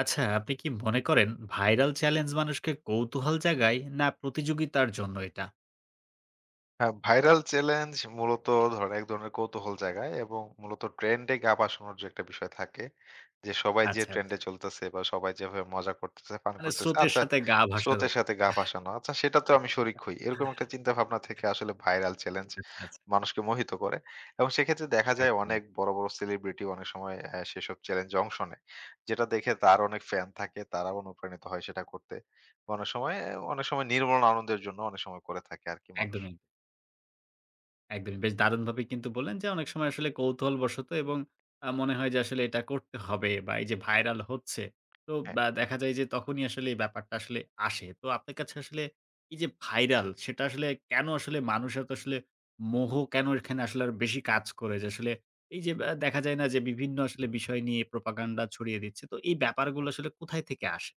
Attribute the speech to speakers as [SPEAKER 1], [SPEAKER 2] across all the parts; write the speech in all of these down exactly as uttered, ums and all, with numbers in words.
[SPEAKER 1] আচ্ছা, আপনি কি মনে করেন ভাইরাল চ্যালেঞ্জ মানুষকে কৌতূহল জাগায় না প্রতিযোগিতার জন্য এটা?
[SPEAKER 2] হ্যাঁ, ভাইরাল চ্যালেঞ্জ মূলত ধরেন এক ধরনের কৌতূহল জাগায় এবং মূলত ট্রেন্ডে গা ভাসানোর যে একটা বিষয় থাকে, যে সবাই যে
[SPEAKER 1] আচ্ছা, আচ্ছা।
[SPEAKER 2] ট্রেন্ডে চলতেছে বা সবাই যেভাবে মজা করতেছে, ফান
[SPEAKER 1] মানে
[SPEAKER 2] করতেছে,
[SPEAKER 1] স্রোতের
[SPEAKER 2] আচ্ছা
[SPEAKER 1] সাথে গা ভাসানো।
[SPEAKER 2] স্রোতের সাথে গা ভাসানো। আচ্ছা সেটাতেও আমি শরিক হই। এরকম একটা চিন্তা ভাবনা থেকে আসলে ভাইরাল চ্যালেঞ্জ
[SPEAKER 1] আচ্ছা, আচ্ছা।
[SPEAKER 2] মানুষকে মোহিত করে। এবং সেক্ষেত্রে দেখা যায়
[SPEAKER 1] একদমই,
[SPEAKER 2] অনেক বড়, বড় সেলিব্রিটি অনেক সময় অ্যা সেসব চ্যালেঞ্জে অংশ নেয়। যেটা দেখে তার অনেক ফ্যান থাকে, তারাও অনুপ্রাণিত হয় সেটা করতে। অনেক সময় অনেক সময় নির্মল আনন্দের জন্য অনেক সময় করে থাকে আরকি মানুষ।
[SPEAKER 1] একদমই। একদমই। বেশ দারুণভাবে কিন্তু বললেন যে, অনেক সময় আসলে কৌতূহলবশত এবং আ মনে হয় যে আসলে এটা করতে হবে বা এই যে ভাইরাল হচ্ছে। তো
[SPEAKER 2] হ্যাঁ।
[SPEAKER 1] বা দেখা যায় যে তখনই আসলে এই ব্যাপারটা আসলে আসে। তো আপনার কাছে আসলে এই যে ভাইরাল সেটা আসলে কেন আসলে মানুষ এত আসলে মোহ কেন এখানে আসলে আরো বেশি কাজ করে? যে আসলে এই যে আ দেখা যায় না যে বিভিন্ন আসলে বিষয় নিয়ে প্রোপাগান্ডা ছড়িয়ে দিচ্ছে। তো এই ব্যাপারগুলো আসলে কোথায় থেকে আসে?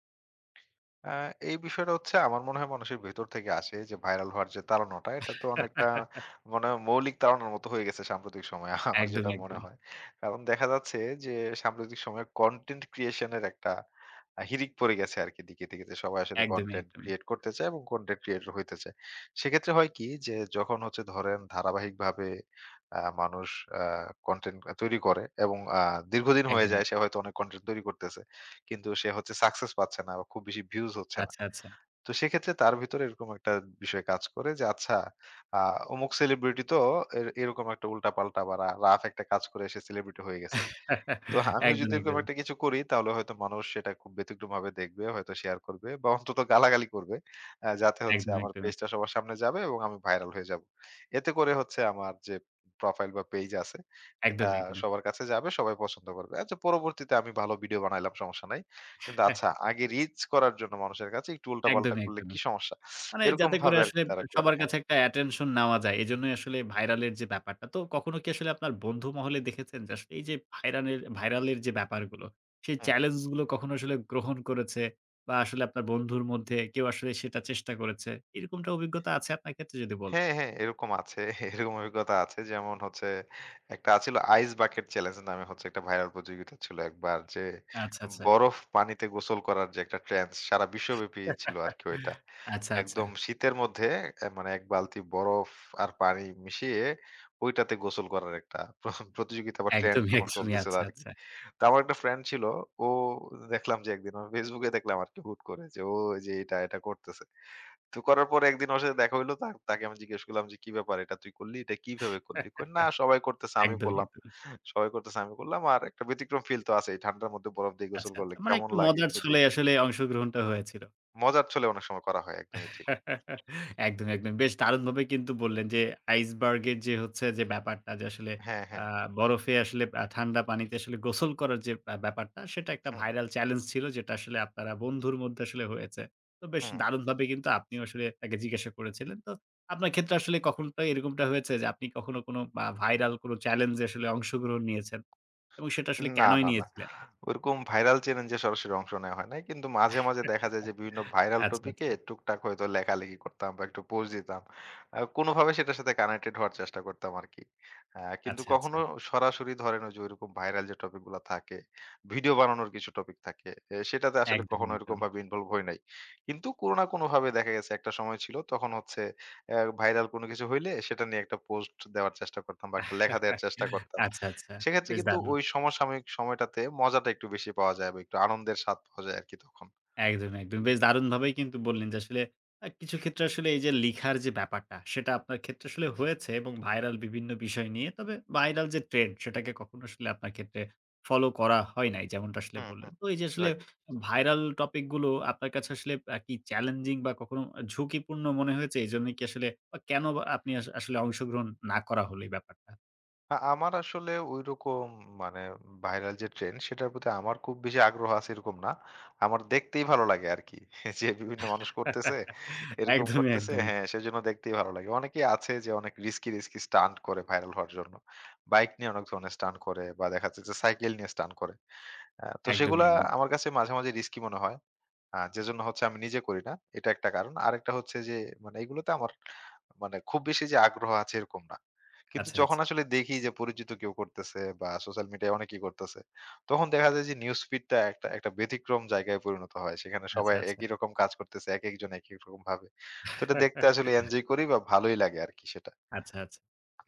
[SPEAKER 2] আ এই বিষয়টা হচ্ছে আমার মনে হয় মানুষের ভেতর থেকে আসে যে ভাইরাল হওয়ার যে তাড়নাটা এটা তো অনেকটা মনে হয় মৌলিক তাড়নার মতো হয়ে গেছে সাম্প্রতিক সময়ে আমার যেটা
[SPEAKER 1] একদমই,
[SPEAKER 2] মনে
[SPEAKER 1] একদমই।
[SPEAKER 2] হয়। কারণ দেখা যাচ্ছে যে সাম্প্রতিক সময়ে কনটেন্ট ক্রিয়েশন এর একটা আ হিড়িক পড়ে গেছে আরকি দিকে, দিকে যে সবাই আসলে
[SPEAKER 1] একদমই,
[SPEAKER 2] কনটেন্ট
[SPEAKER 1] একদমই।
[SPEAKER 2] ক্রিয়েট করতে চায় এবং কনটেন্ট ক্রিয়েটর হইতে চায়। সেক্ষেত্রে হয় কি যে যখন হচ্ছে ধরেন ধারাবাহিকভাবে আ মানুষ আ কনটেন্ট তৈরি করে এবং আ দীর্ঘদিন হয়ে
[SPEAKER 1] একদম,
[SPEAKER 2] যায়
[SPEAKER 1] এক
[SPEAKER 2] সে হয়তো অনেক কনটেন্ট তৈরি করতেছে। কিন্তু সে হচ্ছে সাকসেস পাচ্ছে না বা খুব বেশি ভিউজ হচ্ছে না।
[SPEAKER 1] আচ্ছা, আচ্ছা।
[SPEAKER 2] তো সেক্ষেত্রে তার ভিতরে এরকম একটা বিষয় কাজ করে যে আচ্ছা আ অমুক সেলিব্রিটি তো এর এরকম একটা উল্টাপাল্টা বা রা রাফ একটা কাজ করে সে সেলিব্রিটি হয়ে গেছে। তো আমিও
[SPEAKER 1] একদম,
[SPEAKER 2] যদি এরকম
[SPEAKER 1] একদমই।
[SPEAKER 2] একটা কিছু করি তাহলে হয়তো মানুষ সেটা খুব ব্যতিক্রমভাবে দেখবে, হয়তো শেয়ার করবে বা অন্তত গালাগালি করবে। আ যাতে হচ্ছে
[SPEAKER 1] একদম,
[SPEAKER 2] আমার
[SPEAKER 1] একদমই।
[SPEAKER 2] পেজটা সবার সামনে যাবে এবং আমি ভাইরাল হয়ে যাব। এতে করে হচ্ছে আমার যে প্রোফাইল বা পেজ আছে এটা
[SPEAKER 1] একদমই, একদমই।
[SPEAKER 2] সবার কাছে যাবে, সবাই পছন্দ করবে। আচ্ছা পরবর্তীতে আমি ভালো ভিডিও বানাইলাম সমস্যা নাই। কিন্তু
[SPEAKER 1] হ্যাঁ,
[SPEAKER 2] আচ্ছা আগে রিচ করার জন্য মানুষের কাছে একটু উল্টাপাল্টা
[SPEAKER 1] একদমই,
[SPEAKER 2] করলে কি
[SPEAKER 1] একদমই।
[SPEAKER 2] সমস্যা?
[SPEAKER 1] মানে
[SPEAKER 2] এরকম
[SPEAKER 1] যাতে করে
[SPEAKER 2] ভাবে
[SPEAKER 1] আসলে
[SPEAKER 2] আরকি তারা করে।
[SPEAKER 1] সবার
[SPEAKER 2] হ্যাঁ।
[SPEAKER 1] কাছে একটা attention নেওয়া যায়। এজন্যই আসলে ভাইরালের যে ব্যাপারটা। তো কখনো কি আসলে আপনার বন্ধু মহলে দেখেছেন যে আসলে এই যে ভাইরানের ভাইরালের যে ব্যাপারগুলো, সেই
[SPEAKER 2] হুম।
[SPEAKER 1] চ্যালেঞ্জ গুলো কখনো আসলে গ্রহণ করেছে বা আসলে আপনার বন্ধুর মধ্যে কেউ আসলে সেটা চেষ্টা করেছে। এরকমটা অভিজ্ঞতা আছে আপনার ক্ষেত্রে যদি বলতেন?
[SPEAKER 2] হ্যাঁ, হ্যাঁ, এরকম আছে। এরকম অভিজ্ঞতা আছে। যেমন হচ্ছে একটা আছিল আইস বাকেট চ্যালেঞ্জ নামে হচ্ছে একটা ভাইরাল প্রতিযোগিতা ছিল একবার যে
[SPEAKER 1] আচ্ছা, আচ্ছা।
[SPEAKER 2] বরফ পানিতে গোসল করার যে একটা ট্রেন্ডস সারা বিশ্বব্যাপী ছিল আরকি ওইটা।
[SPEAKER 1] আচ্ছা, আচ্ছা।
[SPEAKER 2] একদম শীতের মধ্যে অ্যা মানে এক বালতি বরফ আর পানি মিশিয়ে ওইটাতে গোসল করার একটা প্র প্রতিযোগিতা বা ট্রেন্ড
[SPEAKER 1] একদমই,
[SPEAKER 2] তখন
[SPEAKER 1] একদমই।
[SPEAKER 2] চলতেছিল
[SPEAKER 1] আচ্ছা,
[SPEAKER 2] আরকি।
[SPEAKER 1] আচ্ছা।
[SPEAKER 2] তো আমার একটা ফ্রেন্ড ছিল। ও দেখলাম যে একদিন ওর Facebook এ দেখলাম আরকি হুট করে যে ও এই যে এটা, এটা করতেছে। তো করার পরে একদিন ওর সাথে দেখা হইলো। তা তাকে আমি জিজ্ঞেস করলাম যে, "কি ব্যাপার? এটা তুই করলি? এটা কিভাবে করলি?" কয়, "না, সবাই করতেছে, আমিও
[SPEAKER 1] একদমই,
[SPEAKER 2] করলাম।
[SPEAKER 1] একদমই।
[SPEAKER 2] সবাই করতেছে, আমিও করলাম। আর একটা ব্যতিক্রম ফিল তো আছেই। ঠান্ডার মধ্যে বরফ দিয়ে গোসল
[SPEAKER 1] আচ্ছা,
[SPEAKER 2] করলে
[SPEAKER 1] আচ্ছা। মানে
[SPEAKER 2] কেমন
[SPEAKER 1] একটু
[SPEAKER 2] লাগে
[SPEAKER 1] মজার
[SPEAKER 2] একটু
[SPEAKER 1] ছলে
[SPEAKER 2] দেখি।"
[SPEAKER 1] আসলে অংশগ্রহণটা হয়েছিল।
[SPEAKER 2] মজার ছলে অনেক সময় করা হয়। একদমই ঠিক।
[SPEAKER 1] একদম, একদম। বেশ দারুণভাবে কিন্তু বললেন যে আইসবার্গের যে হচ্ছে যে ব্যাপারটা যে আসলে
[SPEAKER 2] হ্যাঁ, হ্যাঁ।
[SPEAKER 1] আ বরফে আসলে আ ঠান্ডা পানিতে আসলে গোসল করার যে আ ব্যাপারটা সেটা একটা
[SPEAKER 2] হুম,
[SPEAKER 1] ভাইরাল চ্যালেঞ্জ ছিল যেটা আসলে আপনারা বন্ধুর মধ্যে আসলে হয়েছে। তো বেশ
[SPEAKER 2] হুম।
[SPEAKER 1] দারুণভাবে কিন্তু আপনিও আসলে তাকে জিজ্ঞাসা করেছিলেন। তো আপনার ক্ষেত্রে আসলে কখনোটা এরকমটা হয়েছে যে আপনি কখনো কোনো আ ভাইরাল কোনো চ্যালেঞ্জ এ আসলে অংশগ্রহণ নিয়েছেন এবং সেটা আসলে
[SPEAKER 2] না,
[SPEAKER 1] কেনই
[SPEAKER 2] না, না।
[SPEAKER 1] নিয়েছিলেন?
[SPEAKER 2] ওরকম ভাইরাল চ্যালেঞ্জ এ সরাসরি অংশ নেওয়া হয় নাই। কিন্তু মাঝে, মাঝে দেখা যায় যে বিভিন্ন ভাইরাল
[SPEAKER 1] আচ্ছা,
[SPEAKER 2] টপিক এ
[SPEAKER 1] আচ্ছা।
[SPEAKER 2] টুকটাক হয়তো লেখালেখি করতাম বা একটু পোস্ট দিতাম। আ কোনভাবে সেটার সাথে কানেক্টেড হওয়ার চেষ্টা করতাম আরকি। আ কিন্তু
[SPEAKER 1] আচ্ছা,
[SPEAKER 2] কখনো
[SPEAKER 1] আচ্ছা।
[SPEAKER 2] সরাসরি ধরেন ওই যে ওইরকম ভাইরাল যে টপিক গুলা থাকে, ভিডিও বানানোর কিছু টপিক থাকে। এ সেটাতে আসলে কখনো
[SPEAKER 1] একদমই, একদমই।
[SPEAKER 2] এরকমভাবে ইনভলভ হই নাই। কিন্তু কোনো না কোনোভাবে দেখা গেছে একটা সময় ছিল তখন হচ্ছে অ্যা ভাইরাল কোনো কিছু হইলে সেটা নিয়ে একটা পোস্ট দেওয়ার চেষ্টা করতাম বা একটা লেখা দেওয়ার চেষ্টা করতাম।
[SPEAKER 1] আচ্ছা, আচ্ছা।
[SPEAKER 2] সেক্ষেত্রে
[SPEAKER 1] বেশ
[SPEAKER 2] কিন্তু
[SPEAKER 1] দারুণ।
[SPEAKER 2] ওই সমসাময়িক সময়টাতে মজাটা একটু বেশি পাওয়া যায় বা একটু আনন্দের স্বাদ পাওয়া যায় আরকি তখন।
[SPEAKER 1] একদম, একদম। বেশ দারুণভাবেই কিন্তু বললেন যে আসলে আ কিছু ক্ষেত্রে আসলে এই যে লিখার যে ব্যাপারটা, সেটা আপনার ক্ষেত্রে আসলে হয়েছে এবং ভাইরাল বিভিন্ন বিষয় নিয়ে। তবে ভাইরাল যে ট্রেন্ড সেটাকে কখনো আসলে আপনার ক্ষেত্রে ফলো করা হয় নাই যেমনটা আসলে
[SPEAKER 2] হুম,
[SPEAKER 1] বললেন।
[SPEAKER 2] হুম।
[SPEAKER 1] তো এই যে আসলে
[SPEAKER 2] রাইট।
[SPEAKER 1] ভাইরাল টপিক গুলো আপনার কাছে আসলে আ কি চ্যালেঞ্জিং বা কখনো ঝুঁকিপূর্ণ মনে হয়েছে? এজন্য কি আসলে বা কেন বা আপনি আস আসলে অংশগ্রহণ না করা হলো এই ব্যাপারটা?
[SPEAKER 2] আ আমার আসলে ঐরকম মানে ভাইরাল যে ট্রেন্ড সেটার প্রতি আমার খুব বেশি আগ্রহ আছে এরকম না। আমার দেখতেই ভালো লাগে আরকি। যে বিভিন্ন মানুষ করতেছে, এরকম
[SPEAKER 1] একদমই,
[SPEAKER 2] করতেছে
[SPEAKER 1] একদমই।
[SPEAKER 2] হ্যাঁ, সেজন্য দেখতেই ভালো লাগে। অনেকেই আছে যে অনেক রিস্কি, রিস্কি স্টান্ট করে ভাইরাল হওয়ার জন্য। বাইক নিয়ে অনেক ধরনের স্টান্ট করে বা দেখা যাচ্ছে যে সাইকেল নিয়ে স্টান্ট করে। আ তো
[SPEAKER 1] একদমই,
[SPEAKER 2] সেগুলা
[SPEAKER 1] একদম।
[SPEAKER 2] আমার কাছে মাঝে, মাঝে রিস্কি মনে হয়। আ যে জন্য হচ্ছে আমি নিজে করি না। এটা একটা কারণ। আরেকটা হচ্ছে যে মানে এগুলোতে আমার মানে খুব বেশি যে আগ্রহ আছে এরকম না। কিন্তু
[SPEAKER 1] আচ্ছা,
[SPEAKER 2] যখন
[SPEAKER 1] আচ্ছা।
[SPEAKER 2] আসলে দেখি যে পরিচিত কেউ করতেছে বা সোশ্যাল মিডিয়ায় অনেকেই করতেছে, তখন দেখা যায় যে নিউজ ফিডটা একটা একটা ব্যতিক্রম জায়গায় পরিণত হয়। সেখানে সবাই
[SPEAKER 1] আচ্ছা, আচ্ছা।
[SPEAKER 2] একই রকম কাজ করতেছে, একেকজন একেক রকম ভাবে। তো এটা দেখতে আসলে এনজয় করি বা ভালোই লাগে আরকি সেটা।
[SPEAKER 1] আচ্ছা, আচ্ছা।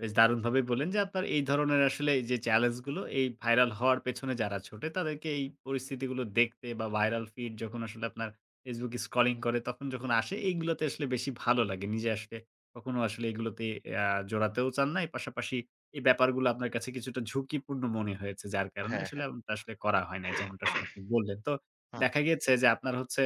[SPEAKER 1] বেশ দারুণভাবেই বললেন যে আপনার এই ধরনের আসলে এই যে চ্যালেঞ্জ গুলো এই ভাইরাল হওয়ার পেছনে যারা ছোটে তাদেরকে এই পরিস্থিতিগুলো দেখতে বা ভাইরাল ফিড যখন আসলে আপনার Facebook স্ক্রলিং করে তখন যখন আসে এইগুলোতে আসলে বেশি ভালো লাগে। নিজে আসলে কখনো আসলে এগুলোতে আ জড়াতেও চান না। এর পাশাপাশি এই ব্যাপারগুলো আপনার কাছে কিছুটা ঝুঁকিপূর্ণ মনে হয়েছে যার কারণে
[SPEAKER 2] হ্যাঁ,
[SPEAKER 1] আসলে
[SPEAKER 2] হ্যাঁ।
[SPEAKER 1] এমনটা আসলে করা হয় নাই যেমনটা আসলে আপনি বললেন। তো দেখা গিয়েছে যে আপনার হচ্ছে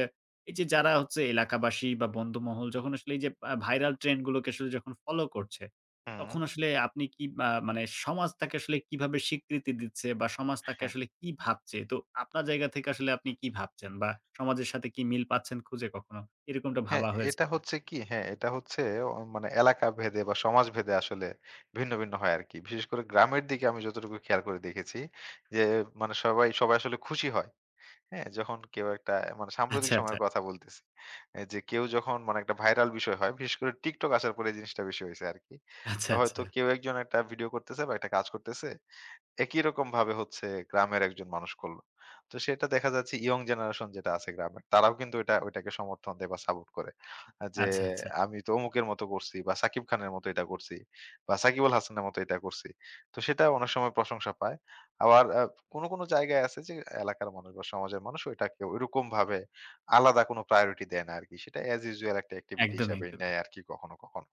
[SPEAKER 1] এই যে যারা হচ্ছে এলাকাবাসী বা বন্ধুমহল যখন আসলে এই যে আ ভাইরাল ট্রেন্ড গুলোকে আসলে যখন ফলো করছে
[SPEAKER 2] হুম, হুম,
[SPEAKER 1] তখন আসলে আপনি কি আ মানে সমাজ তাকে আসলে কিভাবে স্বীকৃতি দিচ্ছে বা সমাজ তাকে
[SPEAKER 2] হ্যাঁ।
[SPEAKER 1] আসলে কি ভাবছে? তো আপনার জায়গা থেকে আসলে আপনি কি ভাবছেন বা সমাজের সাথে কি মিল পাচ্ছেন খুঁজে কখনো? এরকমটা
[SPEAKER 2] হ্যাঁ,
[SPEAKER 1] ভাবা হয়েছে
[SPEAKER 2] এটা
[SPEAKER 1] কিনা?
[SPEAKER 2] হচ্ছে কি হ্যাঁ, এটা হচ্ছে অ মানে এলাকা ভেদে বা সমাজ ভেদে আসলে ভিন্ন, ভিন্ন হয় আরকি। বিশেষ করে গ্রামের দিকে আমি যতটুকু খেয়াল করে দেখেছি যে মানে সবাই, সবাই আসলে খুশি হয়। হ্যাঁ? যখন কেউ একটা মানে সাম্প্রতিক
[SPEAKER 1] আচ্ছা, আচ্ছা।
[SPEAKER 2] সময়ের কথা বলতেছি। এ যে কেউ যখন মানে একটা ভাইরাল বিষয় হয়, বিশেষ করে TikTok আসার পরে এই জিনিসটা বেশি হইছে আরকি।
[SPEAKER 1] আচ্ছা,
[SPEAKER 2] হয়তো
[SPEAKER 1] আচ্ছা।
[SPEAKER 2] কেউ একজন একটা ভিডিও করতেছে বা একটা কাজ করতেছে একই রকমভাবে হচ্ছে গ্রামের একজন মানুষ করলো। তো সেটা দেখা যাচ্ছে ইয়ং জেনারেশন যেটা আছে গ্রামের, তারাও কিন্তু এটা ওইটাকে সমর্থন দেয় বা সাপোর্ট করে। আ যে
[SPEAKER 1] আচ্ছা, আচ্ছা।
[SPEAKER 2] আমি তো অমুকের মতো করছি বা সাকিব খানের মতো এটা করছি বা সাকিব আল হাসানের মতো এটা করছি। তো সেটা অনেক সময় প্রশংসা পায়। আবার আ কোনো, কোনো জায়গায় আছে যে এলাকার মানুষ বা সমাজের মানুষ ওইটাকে ওইরকমভাবে আলাদা কোনো প্রায়োরিটি দেয় না আরকি। সেটা এস ইউজুয়াল একটা অ্যাক্টিভিটি
[SPEAKER 1] একদমই,
[SPEAKER 2] হিসাবেই
[SPEAKER 1] একদমই।
[SPEAKER 2] নেয় আরকি কখনো, কখনো।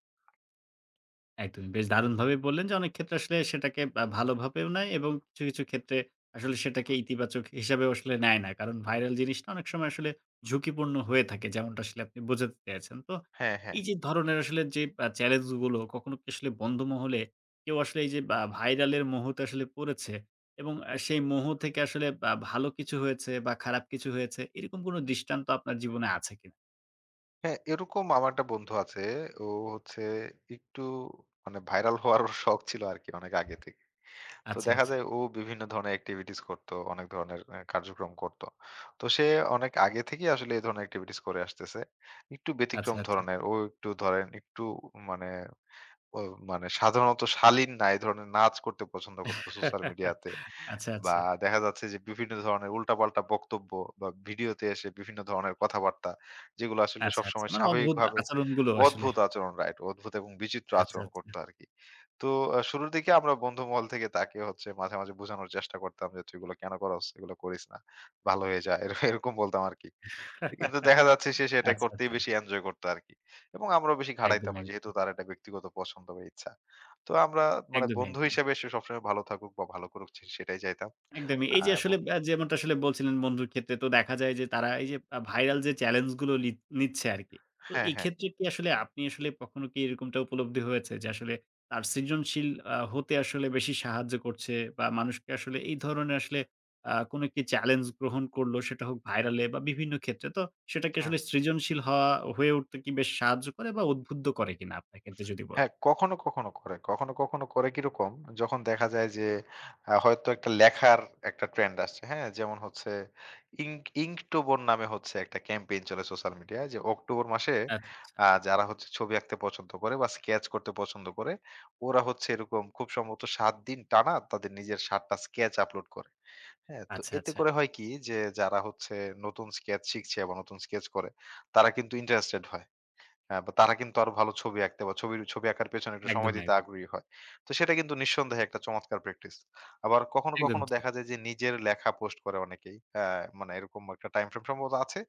[SPEAKER 1] একদমই। বেশ দারুণভাবেই বললেন যে অনেক ক্ষেত্রে আসলে সেটাকে আ ভালোভাবেও নেয় এবং কিছু, কিছু ক্ষেত্রে আসলে সেটাকে ইতিবাচক হিসাবেও আসলে নেয় না। কারণ ভাইরাল জিনিসটা অনেক সময় আসলে ঝুঁকিপূর্ণ হয়ে থাকে। যেমনটা আসলে আপনি বোঝাতে চেয়েছেন। তো
[SPEAKER 2] হ্যাঁ, হ্যাঁ।
[SPEAKER 1] এই যে ধরনের আসলে যে আ চ্যালেঞ্জ গুলো কখনো কি আসলে বন্ধু মহলে কেউ আসলে এই যে বা ভাইরাল এর মোহতে আসলে পড়েছে এবং আ সেই মোহ থেকে আসলে বা ভালো কিছু হয়েছে বা খারাপ কিছু হয়েছে এরকম কোনো দৃষ্টান্ত আপনার জীবনে আছে কিনা?
[SPEAKER 2] হ্যাঁ, এরকম আমার একটা বন্ধু আছে। ও হচ্ছে একটু মানে ভাইরাল হওয়ার ওর শখ ছিল আরকি অনেক আগে থেকে। তো
[SPEAKER 1] আচ্ছা,
[SPEAKER 2] দেখা
[SPEAKER 1] আচ্ছা।
[SPEAKER 2] যায় ও বিভিন্ন ধরনের এক্টিভিটিস করত, অনেক ধরনের অ্যা কার্যক্রম করত। তো সে অনেক আগে থেকেই আসলে এই ধরনের এক্টিভিটিস করে আসতেছে। একটু
[SPEAKER 1] আচ্ছা,
[SPEAKER 2] ব্যতিক্রম
[SPEAKER 1] আচ্ছা।
[SPEAKER 2] ধরনের। ও একটু ধরেন একটু মানে ও মানে সাধারণত শালীন না, এই ধরনের নাচ করতে পছন্দ করতো সোশ্যাল মিডিয়াতে।
[SPEAKER 1] আচ্ছা,
[SPEAKER 2] বা
[SPEAKER 1] আচ্ছা।
[SPEAKER 2] দেখা যাচ্ছে যে বিভিন্ন ধরনের উল্টাপাল্টা বক্তব্য বা ভিডিওতে এসে বিভিন্ন ধরনের কথাবার্তা যেগুলো আসলে
[SPEAKER 1] আচ্ছা, আচ্ছা।
[SPEAKER 2] সবসময়
[SPEAKER 1] মানে অদ্ভুত
[SPEAKER 2] স্বাভাবিকভাবে
[SPEAKER 1] আচরণগুলো আসলে।
[SPEAKER 2] অদ্ভুত আচরণ রাইট, অদ্ভুত এবং বিচিত্র
[SPEAKER 1] আচ্ছা,
[SPEAKER 2] আচরণ
[SPEAKER 1] আচ্ছা।
[SPEAKER 2] করতো আরকি। তো আ শুরুর দিকে আমরা বন্ধু মহল থেকে তাকে হচ্ছে মাঝে, মাঝে বোঝানোর চেষ্টা করতাম যে, "তুই এগুলো কেন করস? এগুলো করিস না। ভালো হয়ে যা।" এর এরকম বলতাম আরকি। কিন্তু দেখা যাচ্ছে সে সেটা
[SPEAKER 1] আচ্ছা,
[SPEAKER 2] করতেই
[SPEAKER 1] আচ্ছা।
[SPEAKER 2] বেশি এনজয় করতো আরকি। এবং আমরাও বেশি ঘাড়াইতাম না
[SPEAKER 1] একদমই,
[SPEAKER 2] যেহেতু
[SPEAKER 1] একদমই।
[SPEAKER 2] তার একটা ব্যক্তিগত পছন্দ বা ইচ্ছা। তো আমরা মানে
[SPEAKER 1] একদমই,
[SPEAKER 2] বন্ধু
[SPEAKER 1] একদমই।
[SPEAKER 2] হিসেবে সে সবসময় ভালো থাকুক বা ভালো করুক সে সেটাই চাইতাম।
[SPEAKER 1] একদমই।
[SPEAKER 2] আ
[SPEAKER 1] এই যে
[SPEAKER 2] এবং
[SPEAKER 1] আসলে আ যেমনটা আসলে বলছিলেন বন্ধুর ক্ষেত্রে তো দেখা যায় যে তারা এই যে আ ভাইরাল যে চ্যালেঞ্জ গুলো লিত নিচ্ছে আরকি। তো
[SPEAKER 2] হ্যাঁ,
[SPEAKER 1] এই
[SPEAKER 2] হ্যাঁ।
[SPEAKER 1] ক্ষেত্রে কি আসলে আপনি আসলে কখনো কি এরকমটা উপলব্ধি হয়েছে যে আসলে তার সৃজনশীল আ হতে আসলে বেশি সাহায্য করছে বা মানুষকে আসলে এই ধরনের আসলে আ কোনো একটি চ্যালেঞ্জ গ্রহণ করলো সেটা হোক ভাইরালে বা বিভিন্ন ক্ষেত্রে তো সেটাকে আসলে সৃজনশীল হওয়া হয়ে উঠতে কি বেশ সাহায্য করে বা উদ্বুদ্ধ করে কিনা আপনার ক্ষেত্রে যদি বল
[SPEAKER 2] হ্যাঁ, কখনো, কখনো করে। কখনো, কখনো করে কিরকম? যখন দেখা যায় যে আ হয়তো একটা লেখার একটা ট্রেন্ড আসছে, হ্যাঁ? যেমন হচ্ছে ইঙ্ক ইঙ্কটোবর নামে হচ্ছে একটা ক্যাম্পেইন চলে সোশ্যাল মিডিয়ায় যে অক্টোবর মাসে
[SPEAKER 1] আচ্ছা, আচ্ছা।
[SPEAKER 2] আ যারা হচ্ছে ছবি আঁকতে পছন্দ করে বা স্কেচ করতে পছন্দ করে, ওরা হচ্ছে এরকম খুব সম্ভবত সাত দিন টানা তাদের নিজের সাতটা টা স্কেচ আপলোড করে। হ্যাঁ? তো
[SPEAKER 1] আচ্ছা,
[SPEAKER 2] এতে
[SPEAKER 1] আচ্ছা।
[SPEAKER 2] করে হয় কি? যে যারা হচ্ছে নতুন স্কেচ শিখছে বা নতুন স্কেচ করে, তারা কিন্তু ইন্টারেস্টেড হয়। হ্যাঁ, বা তারা কিন্তু আরো ভালো ছবি আঁকতে বা ছবির ছবি আঁকার পেছনে একটু সময়
[SPEAKER 1] একদমই,
[SPEAKER 2] দিতে
[SPEAKER 1] একদম।
[SPEAKER 2] আগ্রহী হয়। তো সেটা কিন্তু নিঃসন্দেহে একটা চমৎকার প্র্যাকটিস। আবার কখনো, কখনো
[SPEAKER 1] একদমই ঠিক।
[SPEAKER 2] দেখা যায় যে নিজের লেখা পোস্ট করে অনেকেই। হ্যাঁ, মানে এরকম একটা টাইম ফ্রেম সম্ভবত আছে।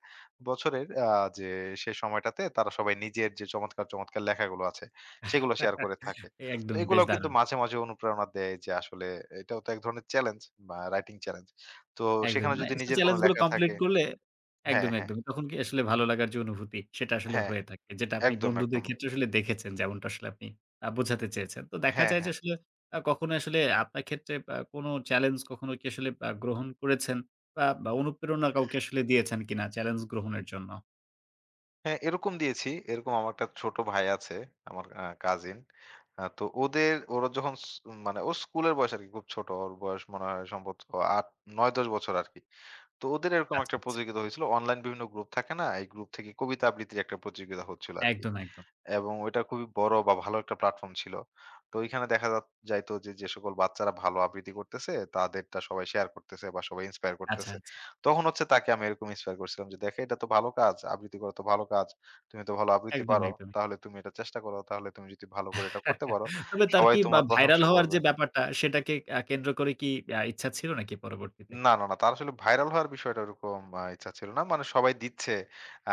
[SPEAKER 2] বছরের আ যে সেই সময়টাতে তারা সবাই নিজের যে চমৎকার, চমৎকার লেখাগুলো আছে সেগুলো শেয়ার করে থাকে। তো
[SPEAKER 1] একদমই বেশ
[SPEAKER 2] এগুলাও কিন্তু
[SPEAKER 1] দারুণ!
[SPEAKER 2] মাঝে, মাঝে অনুপ্রেরণা দেয় যে আসলে এটাও তো এক ধরনের চ্যালেঞ্জ বা রাইটিং চ্যালেঞ্জ। তো
[SPEAKER 1] একদমই।
[SPEAKER 2] সেখানে
[SPEAKER 1] মানে
[SPEAKER 2] যদি
[SPEAKER 1] সে
[SPEAKER 2] নিজের কোনো
[SPEAKER 1] চ্যালেঞ্জ গুলো
[SPEAKER 2] লেখা
[SPEAKER 1] কমপ্লিট
[SPEAKER 2] থাকে
[SPEAKER 1] করলে
[SPEAKER 2] হ্যাঁ,
[SPEAKER 1] একদমই,
[SPEAKER 2] হ্যাঁ,
[SPEAKER 1] একদমই। তখন কি আসলে ভালো লাগার যে অনুভূতি সেটা আসলে
[SPEAKER 2] হ্যাঁ,
[SPEAKER 1] হয়ে থাকে। যেটা আপনি
[SPEAKER 2] একদম,
[SPEAKER 1] বন্ধুদের
[SPEAKER 2] একদম।
[SPEAKER 1] ক্ষেত্রে আসলে দেখেছেন যেমনটা আসলে আপনি আ বোঝাতে চেয়েছেন। তো দেখা
[SPEAKER 2] হ্যাঁ,
[SPEAKER 1] যায় যে
[SPEAKER 2] হ্যাঁ।
[SPEAKER 1] আসলে আ কখনো আসলে আপনার ক্ষেত্রে আ কোনো চ্যালেঞ্জ কখনো কি আসলে আ গ্রহণ করেছেন বা, বা অনুপ্রেরণা কাউকে আসলে দিয়েছেন কিনা চ্যালেঞ্জ গ্রহণের জন্য?
[SPEAKER 2] হ্যাঁ, এরকম দিয়েছি। এরকম আমার একটা ছোট ভাই আছে, আমার আ কাজিন। আ তো ওদের ওরা যখন স মানে ও স্কুলের বয়স আরকি খুব ছোট। ওর বয়স মনে হয় সম্ভবত আট নয় দশ বছর আরকি। তো ওদের এরকম একটা
[SPEAKER 1] আচ্ছা, আচ্ছা।
[SPEAKER 2] প্রতিযোগিতা হয়েছিল। অনলাইন বিভিন্ন গ্রুপ থাকে না? এই গ্রুপ থেকে কবিতা আবৃত্তির একটা প্রতিযোগিতা হচ্ছিল আরকি।
[SPEAKER 1] একদম, একদম।
[SPEAKER 2] এবং ওইটা খুবই বড় বা ভালো একটা প্ল্যাটফর্ম ছিল। তো ওইখানে দেখা যা যাইতো যে, যে সকল বাচ্চারা ভালো আবৃত্তি করতেছে, তাদেরটা সবাই শেয়ার করতেছে বা সবাই ইন্সপায়ার
[SPEAKER 1] আচ্ছা,
[SPEAKER 2] করতেছে।
[SPEAKER 1] আচ্ছা।
[SPEAKER 2] তখন হচ্ছে তাকে আমি এরকম ইন্সপায়ার করছিলাম যে, "দেখো এটা তো ভালো কাজ, আবৃত্তি করা তো ভালো কাজ। তুমি তো ভালো আবৃত্তি
[SPEAKER 1] একদমই,
[SPEAKER 2] পারো।
[SPEAKER 1] একদমই।
[SPEAKER 2] তাহলে তুমি এটা চেষ্টা করো। তাহলে তুমি যদি ভালো করে এটা করতে পারো,
[SPEAKER 1] তবে তার
[SPEAKER 2] সবাই
[SPEAKER 1] কি বা
[SPEAKER 2] তোমার
[SPEAKER 1] ভাইরাল
[SPEAKER 2] প্রশংসা
[SPEAKER 1] হওয়ার
[SPEAKER 2] করবে।"
[SPEAKER 1] যে ব্যাপারটা সেটাকে আ কেন্দ্র করে কি আ ইচ্ছা ছিল নাকি পরবর্তীতে?
[SPEAKER 2] না, না, না। তার আসলে ভাইরাল হওয়ার বিষয়টা ওরকম আ ইচ্ছা ছিল না। মানে সবাই দিচ্ছে। আ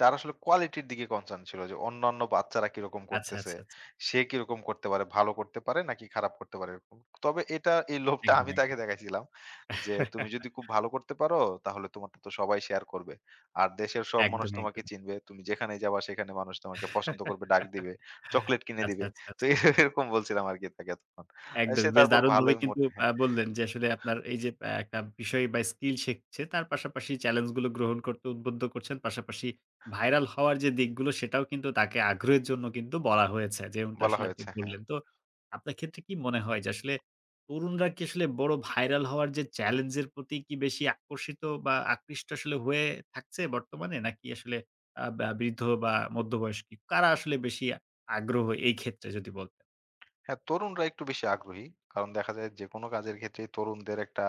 [SPEAKER 2] তার আসলে কোয়ালিটির দিকে কনসার্ন ছিল যে অন্যান্য বাচ্চারা কিরকম
[SPEAKER 1] আচ্ছা,
[SPEAKER 2] করতেছে।
[SPEAKER 1] আচ্ছা, আচ্ছা।
[SPEAKER 2] সে কিরকম করতে পারে, ভালো করতে পারে নাকি খারাপ করতে পারে এরকম। তবে এটা এই লোভটা আমি
[SPEAKER 1] একদমই,
[SPEAKER 2] তাকে
[SPEAKER 1] একদমই।
[SPEAKER 2] দেখাইছিলাম যে, "তুমি যদি খুব ভালো করতে পারো তাহলে তোমারটা তো সবাই শেয়ার করবে। আর দেশের সব মানুষ
[SPEAKER 1] একদমই,
[SPEAKER 2] তোমাকে
[SPEAKER 1] একদমই।
[SPEAKER 2] চিনবে। তুমি যেখানে যাবা সেখানে মানুষ তোমাকে পছন্দ করবে, ডাক দিবে, চকোলেট কিনে
[SPEAKER 1] আচ্ছা,
[SPEAKER 2] দিবে।"
[SPEAKER 1] আচ্ছা,
[SPEAKER 2] তো
[SPEAKER 1] আচ্ছা।
[SPEAKER 2] এরকম বলছিলাম আরকি তাকে তখন। সে
[SPEAKER 1] একদমই। বেশ
[SPEAKER 2] তারপর
[SPEAKER 1] দারুণভাবে
[SPEAKER 2] ভালোই মোট
[SPEAKER 1] কিন্তু আ
[SPEAKER 2] হ্যাঁ,
[SPEAKER 1] বললেন যে আসলে আপনার এই যে আ একটা বিষয় বা স্কিল শিখছে তার পাশাপাশি চ্যালেঞ্জ গুলো গ্রহণ করতে উদ্বুদ্ধ করছেন। পাশাপাশি ভাইরাল হওয়ার যে দিকগুলো সেটাও কিন্তু তাকে আগ্রহের জন্য কিন্তু বলা হয়েছে। যেমনটা
[SPEAKER 2] বলা
[SPEAKER 1] আসলে আপনি
[SPEAKER 2] হয়েছে। হ্যাঁ।
[SPEAKER 1] বললেন। তো আপনার ক্ষেত্রে কি মনে হয় যে আসলে তরুণরা কি আসলে বড় ভাইরাল হওয়ার যে চ্যালেঞ্জ এর প্রতি কি বেশি আকর্ষিত বা আকৃষ্ট আসলে হয়ে থাকছে বর্তমানে? নাকি আসলে আ বা বৃদ্ধ বা মধ্যবয়স্ক কারা আসলে বেশি আগ্রহ এই ক্ষেত্রে যদি বলতেন?
[SPEAKER 2] হ্যাঁ, তরুণরা একটু বেশি আগ্রহী। কারণ দেখা যায় যেকোনো কাজের ক্ষেত্রেই তরুণদের একটা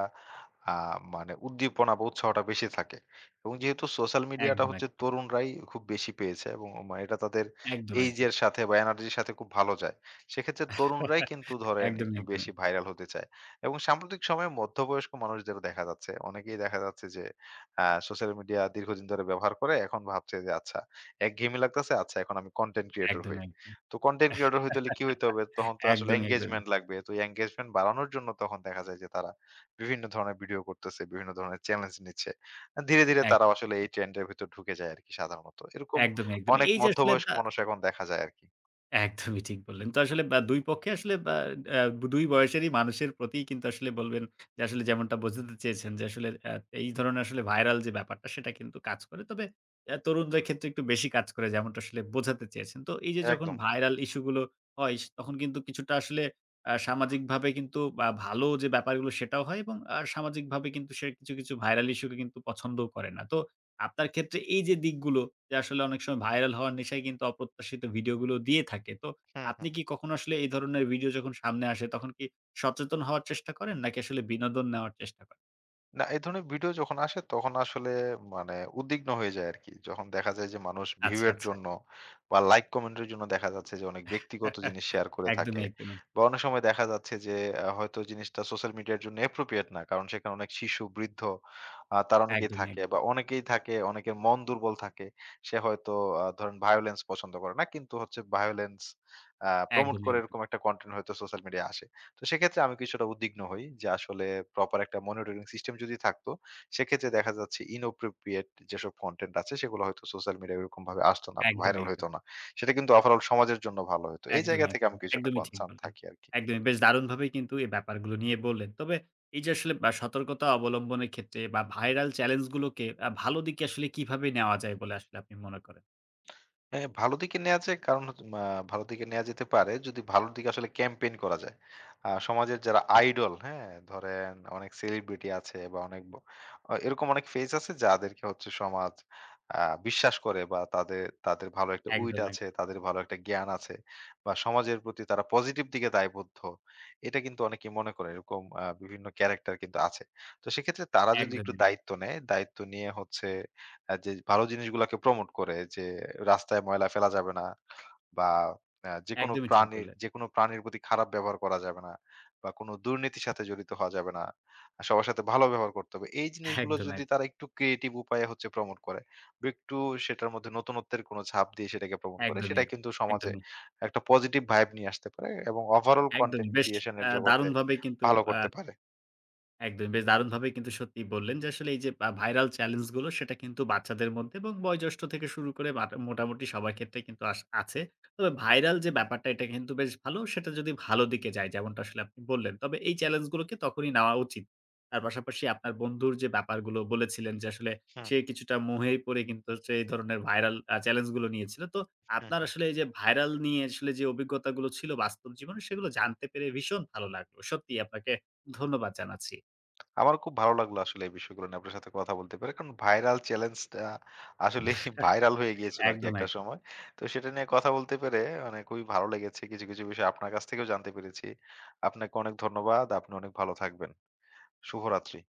[SPEAKER 2] আ মানে উদ্দীপনা বা উৎসাহটা বেশি থাকে। এবং যেহেতু সোশ্যাল মিডিয়াটা
[SPEAKER 1] একদম,
[SPEAKER 2] হচ্ছে
[SPEAKER 1] একদম।
[SPEAKER 2] তরুণরাই খুব বেশি পেয়েছে এবং মা এটা তাদের
[SPEAKER 1] একদম, একদম।
[SPEAKER 2] এইজের সাথে বা এনার্জির সাথে খুব ভালো যায়। সেক্ষেত্রে তরুণরাই কিন্তু ধরেন
[SPEAKER 1] একদমই,
[SPEAKER 2] একটু বেশি
[SPEAKER 1] একদমই।
[SPEAKER 2] ভাইরাল হতে চায়। এবং সাম্প্রতিক সময়ে মধ্যবয়স্ক মানুষদেরও দেখা যাচ্ছে। অনেকেই দেখা যাচ্ছে যে আ সোশ্যাল মিডিয়া দীর্ঘদিন ধরে ব্যবহার করে এখন ভাবছে যে আচ্ছা একঘেয়েমি লাগতেছে। আচ্ছা এখন আমি কনটেন্ট ক্রিয়েটর হই।
[SPEAKER 1] একদমই, একদমই।
[SPEAKER 2] তো কনটেন্ট ক্রিয়েটর হইতে হলে কি হইতে হবে? তখন তো আসলে
[SPEAKER 1] একদমই, একদমই।
[SPEAKER 2] এনগেজমেন্ট লাগবে। তো এনগেজমেন্ট বাড়ানোর জন্য তখন দেখা যায় যে তারা বিভিন্ন ধরনের ভিডিও করতেছে, বিভিন্ন ধরনের চ্যালেঞ্জ নিচ্ছে। আ ধীরে, ধীরে তারাও
[SPEAKER 1] একদমই,
[SPEAKER 2] আসলে এই
[SPEAKER 1] একদমই।
[SPEAKER 2] ট্রেন্ড এর ভিতর ঢুকে যায় আরকি সাধারণত। এরকম
[SPEAKER 1] একদমই, একদমই।
[SPEAKER 2] অনেক
[SPEAKER 1] এই যে আসলে
[SPEAKER 2] মধ্যবয়স্ক
[SPEAKER 1] আ
[SPEAKER 2] মানুষ এখন দেখা যায় আরকি।
[SPEAKER 1] একদমই ঠিক বললেন। তো আসলে বা দুই পক্ষে আসলে বা অ্যা দুই বয়সেরই মানুষের প্রতিই কিন্তু আসলে বলবেন যে আসলে যেমনটা বোঝাতে চেয়েছেন যে আসলে অ্যা এই ধরনের আসলে ভাইরাল যে ব্যাপারটা সেটা কিন্তু কাজ করে। তবে অ্যা তরুণদের ক্ষেত্রে একটু বেশি কাজ করে যেমনটা আসলে বোঝাতে চেয়েছেন। তো এই যে যখন
[SPEAKER 2] একদম।
[SPEAKER 1] ভাইরাল ইস্যু গুলো হয় স তখন কিন্তু কিছুটা আসলে আ সামাজিকভাবে কিন্তু বা ভালো যে ব্যাপারগুলো সেটাও হয় এবং আ সামাজিকভাবে কিন্তু সে কিছু, কিছু ভাইরাল ইস্যু কে কিন্তু পছন্দও করে না। তো আপনার ক্ষেত্রে এই যে দিকগুলো যে আসলে অনেক সময় ভাইরাল হওয়ার নেশায় কিন্তু অপ্রত্যাশিত ভিডিওগুলো দিয়ে থাকে। তো
[SPEAKER 2] হুম,
[SPEAKER 1] আপনি
[SPEAKER 2] হুম।
[SPEAKER 1] কি কখনো আসলে এই ধরনের ভিডিও যখন সামনে আসে তখন কি সচেতন হওয়ার চেষ্টা করেন নাকি আসলে বিনোদন নেওয়ার চেষ্টা করেন?
[SPEAKER 2] না, এই ধরনের ভিডিও যখন আসে তখন আসলে মানে উদ্বিগ্ন হয়ে যায় আরকি। যখন দেখা যায় যে মানুষ ভিউ
[SPEAKER 1] আচ্ছা,
[SPEAKER 2] এর
[SPEAKER 1] আচ্ছা।
[SPEAKER 2] জন্য বা লাইক কমেন্ট এর জন্য দেখা যাচ্ছে যে অনেক ব্যক্তিগত জিনিস শেয়ার করে থাকে।
[SPEAKER 1] একদমই, একদমই।
[SPEAKER 2] বা অনেক সময় দেখা যাচ্ছে যে আ হয়তো জিনিসটা সোশ্যাল মিডিয়ার জন্য appropriate না। কারণ সেখানে অনেক শিশু, বৃদ্ধ আ তারা অনেকেই
[SPEAKER 1] একদমই,
[SPEAKER 2] থাকে বা
[SPEAKER 1] একদমই।
[SPEAKER 2] অনেকেই থাকে, অনেকের মন দুর্বল থাকে। সে হয়তো আ ধরেন ভায়োলেন্স পছন্দ করে না। কিন্তু হচ্ছে ভায়োলেন্স আ প্রমোট
[SPEAKER 1] একদমই,
[SPEAKER 2] করে
[SPEAKER 1] একদমই।
[SPEAKER 2] এরকম একটা কনটেন্ট হয়তো সোশ্যাল মিডিয়ায় আসে। তো সেক্ষেত্রে আমি কিছুটা উদ্বিগ্ন হই যে আসলে প্রপার একটা মনিটরিং সিস্টেম যদি থাকতো সেক্ষেত্রে দেখা যাচ্ছে ইনঅপ্রোপ্রিয়েট যেসব কন্টেন্ট আছে সেগুলো হয়তো সোশ্যাল মিডিয়া এরকম ভাবে আসতো না,
[SPEAKER 1] একদমই,
[SPEAKER 2] ভাইরাল হতো
[SPEAKER 1] একদমই।
[SPEAKER 2] না। সেটা কিন্তু ওভারঅল সমাজের জন্য ভালো হতো। এই জায়গা
[SPEAKER 1] একদমই,
[SPEAKER 2] থেকে আমি
[SPEAKER 1] একদমই।
[SPEAKER 2] কিছুটা
[SPEAKER 1] একদমই ঠিক
[SPEAKER 2] কনসার্ন
[SPEAKER 1] বললেন।
[SPEAKER 2] থাকি আর কি।
[SPEAKER 1] একদমই বেশ দারুণভাবেই কিন্তু এই ব্যাপারগুলো নিয়ে বললেন। তবে এই যে আসলে বা সতর্কতা অবলম্বনের ক্ষেত্রে বা ভাইরাল চ্যালেঞ্জ গুলোকে আ ভালো দিকে আসলে কিভাবে নেওয়া যায় বলে আসলে আপনি মনে করেন?
[SPEAKER 2] হ্যাঁ, ভালো দিকে নেয়া যায় কারণ হচ্ছে মা ভালো দিকে নেয়া যেতে পারে যদি ভালোর দিকে আসলে ক্যাম্পেইন করা যায়। আ সমাজের যারা আইডল, হ্যাঁ? ধরেন অনেক সেলিব্রিটি আছে বা অনেক ব আ এরকম অনেক ফেস আছে যাদেরকে হচ্ছে সমাজ আ বিশ্বাস করে বা তাদের তাদের ভালো একটা উইট
[SPEAKER 1] একদম,
[SPEAKER 2] আছে,
[SPEAKER 1] একদম।
[SPEAKER 2] তাদের ভালো একটা জ্ঞান আছে বা সমাজের প্রতি তারা পজিটিভ দিকে দায়বদ্ধ। এটা কিন্তু অনেকে মনে করে। এরকম আ বিভিন্ন ক্যারেক্টার কিন্তু আছে। তো সেক্ষেত্রে তারা যদি একটু
[SPEAKER 1] একদমই,
[SPEAKER 2] দায়িত্ব নেয়, দায়িত্ব নিয়ে হচ্ছে আ যে ভালো জিনিসগুলাকে প্রমোট করে যে রাস্তায় ময়লা ফেলা যাবে না বা আ যেকোনো
[SPEAKER 1] একদমই ঠিক
[SPEAKER 2] প্রাণীর
[SPEAKER 1] বললেন।
[SPEAKER 2] যেকোনো প্রাণীর প্রতি খারাপ ব্যবহার করা যাবে না বা কোনো দুর্নীতির সাথে জড়িত হওয়া যাবে না। আর সবার সাথে ভালো ব্যবহার করতে হবে। এই
[SPEAKER 1] একদম,
[SPEAKER 2] জিনিসগুলো
[SPEAKER 1] একদম,
[SPEAKER 2] যদি তারা একটু ক্রিয়েটিভ উপায়ে হচ্ছে প্রমোট করে বা একটু সেটার মধ্যে নতুনত্বের কোনো ছাপ দিয়ে সেটাকে প্রমোট করে
[SPEAKER 1] একদমই,
[SPEAKER 2] সেটা
[SPEAKER 1] একদম,
[SPEAKER 2] কিন্তু সমাজে
[SPEAKER 1] একদমই,
[SPEAKER 2] একটা পজিটিভ ভাইব নিয়ে আসতে পারে এবং ওভারঅল
[SPEAKER 1] একদমই।
[SPEAKER 2] কনটেন্ট
[SPEAKER 1] বেশ
[SPEAKER 2] ক্রিয়েশন এর
[SPEAKER 1] আ
[SPEAKER 2] জগতে
[SPEAKER 1] দারুণভাবে কিন্তু
[SPEAKER 2] ভালো
[SPEAKER 1] আ
[SPEAKER 2] করতে পারে।
[SPEAKER 1] একদমই। বেশ দারুণভাবে কিন্তু সত্যিই বললেন যে আসলে এই যে আ ভাইরাল চ্যালেঞ্জ গুলো সেটা কিন্তু বাচ্চাদের মধ্যে এবং বয়োজ্যেষ্ঠ থেকে শুরু করে বাটা মোটামুটি সবার ক্ষেত্রে কিন্তু আস আছে। তবে ভাইরাল যে ব্যাপারটা এটা কিন্তু বেশ ভালো। সেটা যদি ভালো দিকে যায় যেমনটা আসলে আপনি বললেন। তবে এই চ্যালেঞ্জ গুলোকে তখনই নেওয়া উচিত। তার পাশাপাশি আপনার বন্ধুর যে ব্যাপারগুলো বলেছিলেন যে আসলে
[SPEAKER 2] হুম, হুম,
[SPEAKER 1] সে কিছুটা মোহে পড়ে কিন্তু হচ্ছে এই ধরনের ভাইরাল আ চ্যালেঞ্জ গুলো নিয়েছিল। তো
[SPEAKER 2] হুম।
[SPEAKER 1] আপনার আসলে এই যে ভাইরাল নিয়ে আসলে যে অভিজ্ঞতাগুলো ছিল বাস্তব জীবনে সেগুলো জানতে পেরে ভীষণ ভালো লাগলো। সত্যিই আপনাকে ধন্যবাদ জানাচ্ছি।
[SPEAKER 2] আমার খুব ভালো লাগলো আসলে এই বিষয়গুলো নিয়ে আপনার সাথে কথা বলতে পেরে। কারণ ভাইরাল চ্যালেঞ্জটা আসলেই ভাইরাল হয়ে গিয়েছিল আরকি
[SPEAKER 1] একদম,
[SPEAKER 2] একটা
[SPEAKER 1] একদম।
[SPEAKER 2] সময়। তো সেটা নিয়ে কথা বলতে পেরে মানে খুবই ভালো লেগেছে। কিছু, কিছু বিষয় আপনার কাছ থেকেও জানতে পেরেছি। আপনাকে অনেক ধন্যবাদ। আপনি অনেক ভালো থাকবেন। শুভরাত্রি।